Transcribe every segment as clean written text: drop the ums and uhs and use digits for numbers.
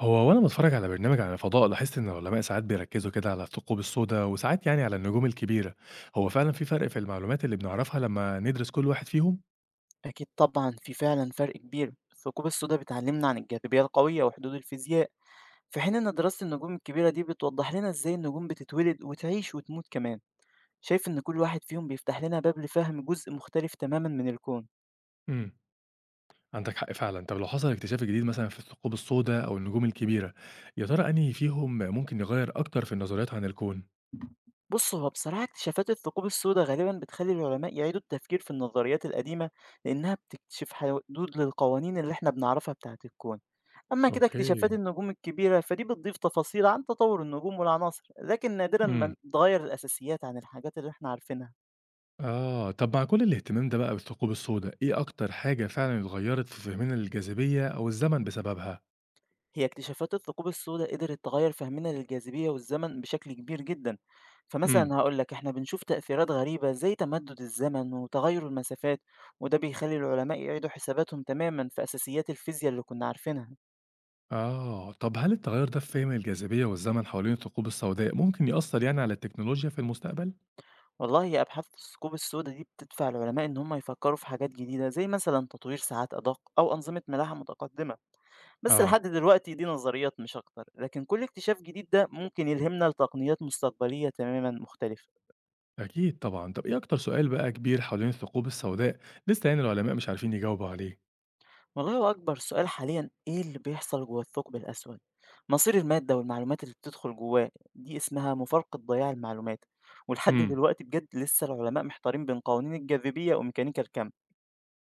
هو وأنا باتفرج على برنامج عن الفضاء لاحظت إن العلماء ساعات بيركزوا كده على الثقوب السوداء وساعات يعني على النجوم الكبيرة، هو فعلا في فرق في المعلومات اللي بنعرفها لما ندرس كل واحد فيهم؟ أكيد طبعا في فعلا فرق كبير. الثقوب السوداء بتعلمنا عن الجاذبية القوية وحدود الفيزياء، في حين إن دراسة النجوم الكبيرة دي بتوضح لنا إزاي النجوم بتتولد وتعيش وتموت كمان. شايف إن كل واحد فيهم بيفتح لنا باب لفهم جزء مختلف تماما من الكون. امم. عندك حق فعلا، طب لو حصل اكتشاف جديد مثلا في الثقوب السوداء أو النجوم الكبيرة، يا ترى أنهي فيهم ممكن يغير أكتر في النظريات عن الكون؟ بص، هو بصراحة اكتشافات الثقوب السوداء غالبا بتخلي العلماء يعيدوا التفكير في النظريات القديمة، لأنها بتكتشف حدود للقوانين اللي احنا بنعرفها بتاعة الكون. أما كده اكتشافات أوكي. النجوم الكبيرة فدي بتضيف تفاصيل عن تطور النجوم والعناصر، لكن نادرا امم. ما تغير الأساسيات عن الحاجات اللي احنا عارفينها. آه طب مع كل الاهتمام ده بقى بالثقوب السوداء، إيه أكتر حاجة فعلا اتغيرت في فهمنا للجاذبية أو الزمن بسببها؟ هي اكتشافات الثقوب السوداء قدرت تغير فهمنا للجاذبية والزمن بشكل كبير جدا. امم. فمثلا هقولك احنا بنشوف تأثيرات غريبة زي تمدد الزمن وتغير المسافات، وده بيخلي العلماء يعيدوا حساباتهم تماما في أساسيات الفيزياء اللي كنا عارفينها. آه، طب هل التغير ده في فهم الجاذبية والزمن حوالين الثقوب السوداء ممكن يأثر يعني على التكنولوجيا في المستقبل؟ والله يا، أبحاث الثقوب السوداء دي بتدفع العلماء إن هم يفكروا في حاجات جديدة زي مثلا تطوير ساعات أدق أو أنظمة ملاحة متقدمة. بس لحد آه. دلوقتي دي نظريات مش أكتر، لكن كل اكتشاف جديد ده ممكن يلهمنا لتقنيات مستقبلية تمامًا مختلفة. أكيد طبعا، طب إيه أكتر سؤال بقى كبير حوالين الثقوب السوداء لسه يعني العلماء مش عارفين يجاوبوا عليه؟ والله، هو أكبر سؤال حاليًا إيه اللي بيحصل جوه الثقب الأسود؟ مصير المادة والمعلومات اللي بتدخل جواه دي اسمها مفارقة ضياع المعلومات، ولحد امم. دلوقتي بجد لسه العلماء محتارين بين قوانين الجاذبية وميكانيكا الكم.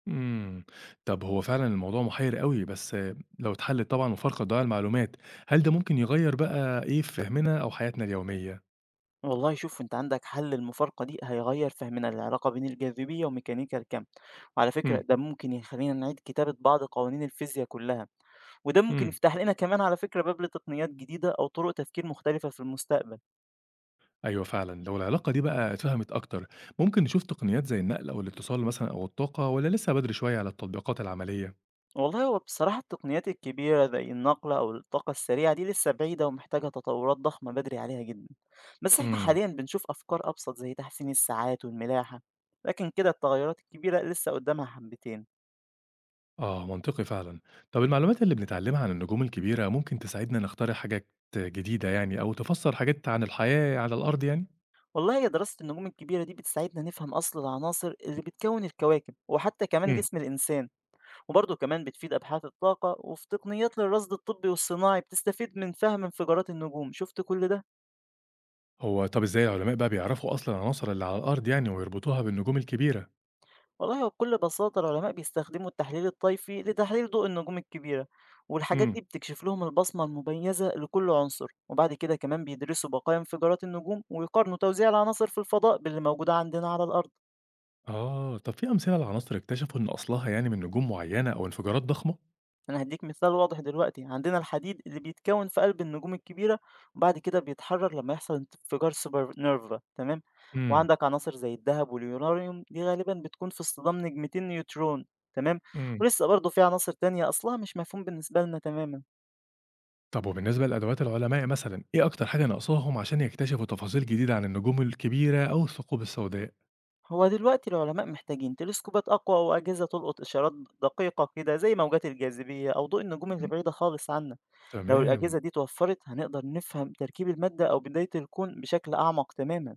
امم. طب هو فعلا الموضوع محير قوي بس آه، لو اتحلت طبعا وفرق ضياع المعلومات هل ده ممكن يغير بقى إيه في فهمنا أو حياتنا اليومية؟ والله شوف، أنت عندك حل المفارقة دي هيغير فهمنا للعلاقة بين الجاذبية وميكانيكا الكم، وعلى فكرة امم. ده ممكن يخلينا نعيد كتابة بعض قوانين الفيزياء كلها. وده ممكن امم. يفتح لنا كمان على فكرة باب لتقنيات جديدة أو طرق تفكير مختلفة في المستقبل. أيوه فعلًا، لو العلاقة دي بقى اتفهمت أكتر، ممكن نشوف تقنيات زي النقل أو الاتصال مثلًا أو الطاقة والّا لسه بدري شوية على التطبيقات العملية؟ والله هو بصراحة التقنيات الكبيرة زي النقل أو الطاقة السريعة دي لسه بعيدة ومحتاجة تطورات ضخمة، بدري عليها جدا. بس احنا إمم. حاليا بنشوف أفكار أبسط زي تحسين الساعات والملاحة. لكن كده التغيرات الكبيرة لسه قدامها حبتين. آه منطقي فعلًا. طب المعلومات اللي بنتعلمها عن النجوم الكبيرة ممكن تساعدنا نخترع حاجات جديدة يعني أو تفسر حاجات عن الحياة على الأرض يعني؟ والله هي دراسة النجوم الكبيرة دي بتساعدنا نفهم أصل العناصر اللي بتكون الكواكب وحتى كمان إمم. جسم الإنسان. وبرضه كمان بتفيد أبحاث الطاقة، وفي تقنيات للرصد الطبي والصناعي بتستفيد من فهم انفجارات النجوم. شفت كل ده؟ هو طب إزاي العلماء بقى بيعرفوا أصلًا العناصر اللي على الأرض يعني ويربطوها بالنجوم الكبيرة؟ والله هو بكل بساطة العلماء بيستخدموا التحليل الطيفي لتحليل ضوء النجوم الكبيرة، والحاجات دي إمم. بتكشف لهم البصمة المميزة لكل عنصر. وبعد كده كمان بيدرسوا بقايا انفجارات النجوم ويقارنوا توزيع العناصر في الفضاء باللي موجودة عندنا على الأرض. آه، طب في أمثلة لعناصر اكتشفوا إن أصلها يعني من نجوم معينة أو انفجارات ضخمة؟ أنا هادّيك مثال واضح دلوقتي، عندنا الحديد اللي بيتكوّن في قلب النجوم الكبيرة، وبعد كده بيتحرّر لمّا يحصل انفجار supernova. تمام، إمم. وعندك عناصر زي الدهب واليورانيوم دي غالبًا بتكون في اصطدام نجمتين نيوترون. تمام، إمم. ولسه برضه في عناصر تانية أصلها مش مفهوم بالنسبة لنا تمامًا. طب وبالنسبة لأدوات العلماء مثلًا، إيه أكتر حاجة ناقصاهم عشان يكتشفوا تفاصيل جديدة عن النجوم الكبيرة أو الثقوب السوداء؟ هو دلوقتي العلماء محتاجين تلسكوبات أقوى وأجهزة تلقط إشارات دقيقة كده زي موجات الجاذبية أو ضوء النجوم اللي إمم. بعيدة خالص عنا. لو تمام. الأجهزة دي اتوفّرت هنقدر نفهم تركيب المادة أو بداية الكون بشكل أعمق تمامًا.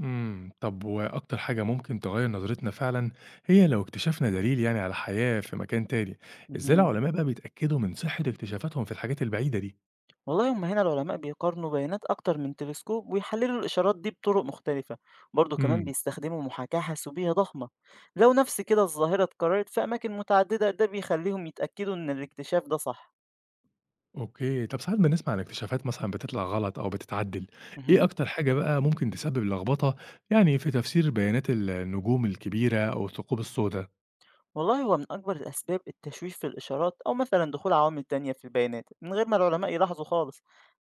إمم، طب وأكتر حاجة ممكن تغيّر نظرتنا فعلًا هي لو اكتشفنا دليل يعني على حياة في مكان تاني، إزاي اهم. العلماء بقى بيتأكدوا من صحة اكتشافاتهم في الحاجات البعيدة دي؟ والله هم هنا العلماء بيقارنوا بيانات أكتر من تلسكوب ويحللوا الإشارات دي بطرق مختلفة، برضه كمان إمم. بيستخدموا محاكاة حاسوبية ضخمة. لو نفس كده الظاهرة اتكررت في أماكن متعددة ده بيخليهم يتأكدوا إن الاكتشاف ده صح. أوكي، طب ساعات بنسمع عن اكتشافات مثلًا بتطلع غلط أو بتتعدل، إيه مهم. أكتر حاجة بقى ممكن تسبب لخبطة يعني في تفسير بيانات النجوم الكبيرة أو الثقوب السوداء؟ والله هو من أكبر الأسباب التشويش في الإشارات، أو مثلا دخول عوامل تانية في البيانات من غير ما العلماء يلاحظوا خالص.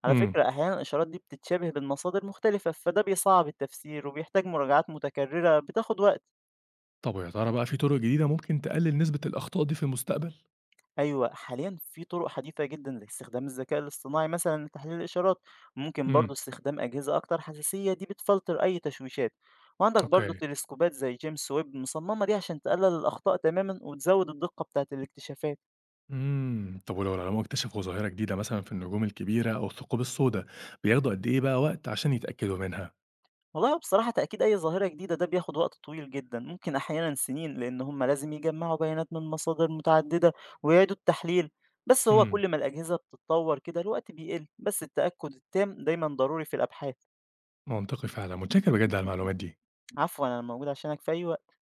على إمم. فكرة أحيانا الإشارات دي بتتشابه بين مصادر مختلفة، فده بيصعب التفسير وبيحتاج مراجعات متكررة بتاخد وقت. طب ويا ترى بقى في طُرق جديدة ممكن تقلل نسبة الأخطاء دي في المستقبل؟ أيوه، حاليًا في طرق حديثة جدًا زي استخدام الذكاء الاصطناعي مثلًا لتحليل الإشارات، ممكن برضه إمم. استخدام أجهزة أكتر حساسية دي بتفلتر أي تشويشات، وعندك برضه أوكي. تلسكوبات زي جيمس ويب مصممة دي عشان تقلل الأخطاء تمامًا وتزود الدقة بتاعة الاكتشافات. إمم، طب ولو العلماء اكتشفوا ظاهرة جديدة مثلًا في النجوم الكبيرة أو الثقوب السوداء، بياخدوا قد إيه بقى وقت عشان يتأكدوا منها؟ والله هو بصراحة تأكيد أي ظاهرة جديدة ده بياخد وقت طويل جدًا، ممكن أحيانًا سنين، لأن هم لازم يجمعوا بيانات من مصادر متعددة ويعيدوا التحليل. بس هو إمم. كل ما الأجهزة بتتطور كده الوقت بيقل، بس التأكد التام دايمًا ضروري في الأبحاث. منطقي فعلًا، متشكر بجد على المعلومات دي. عفوًا، أنا موجود عشانك في أي وقت.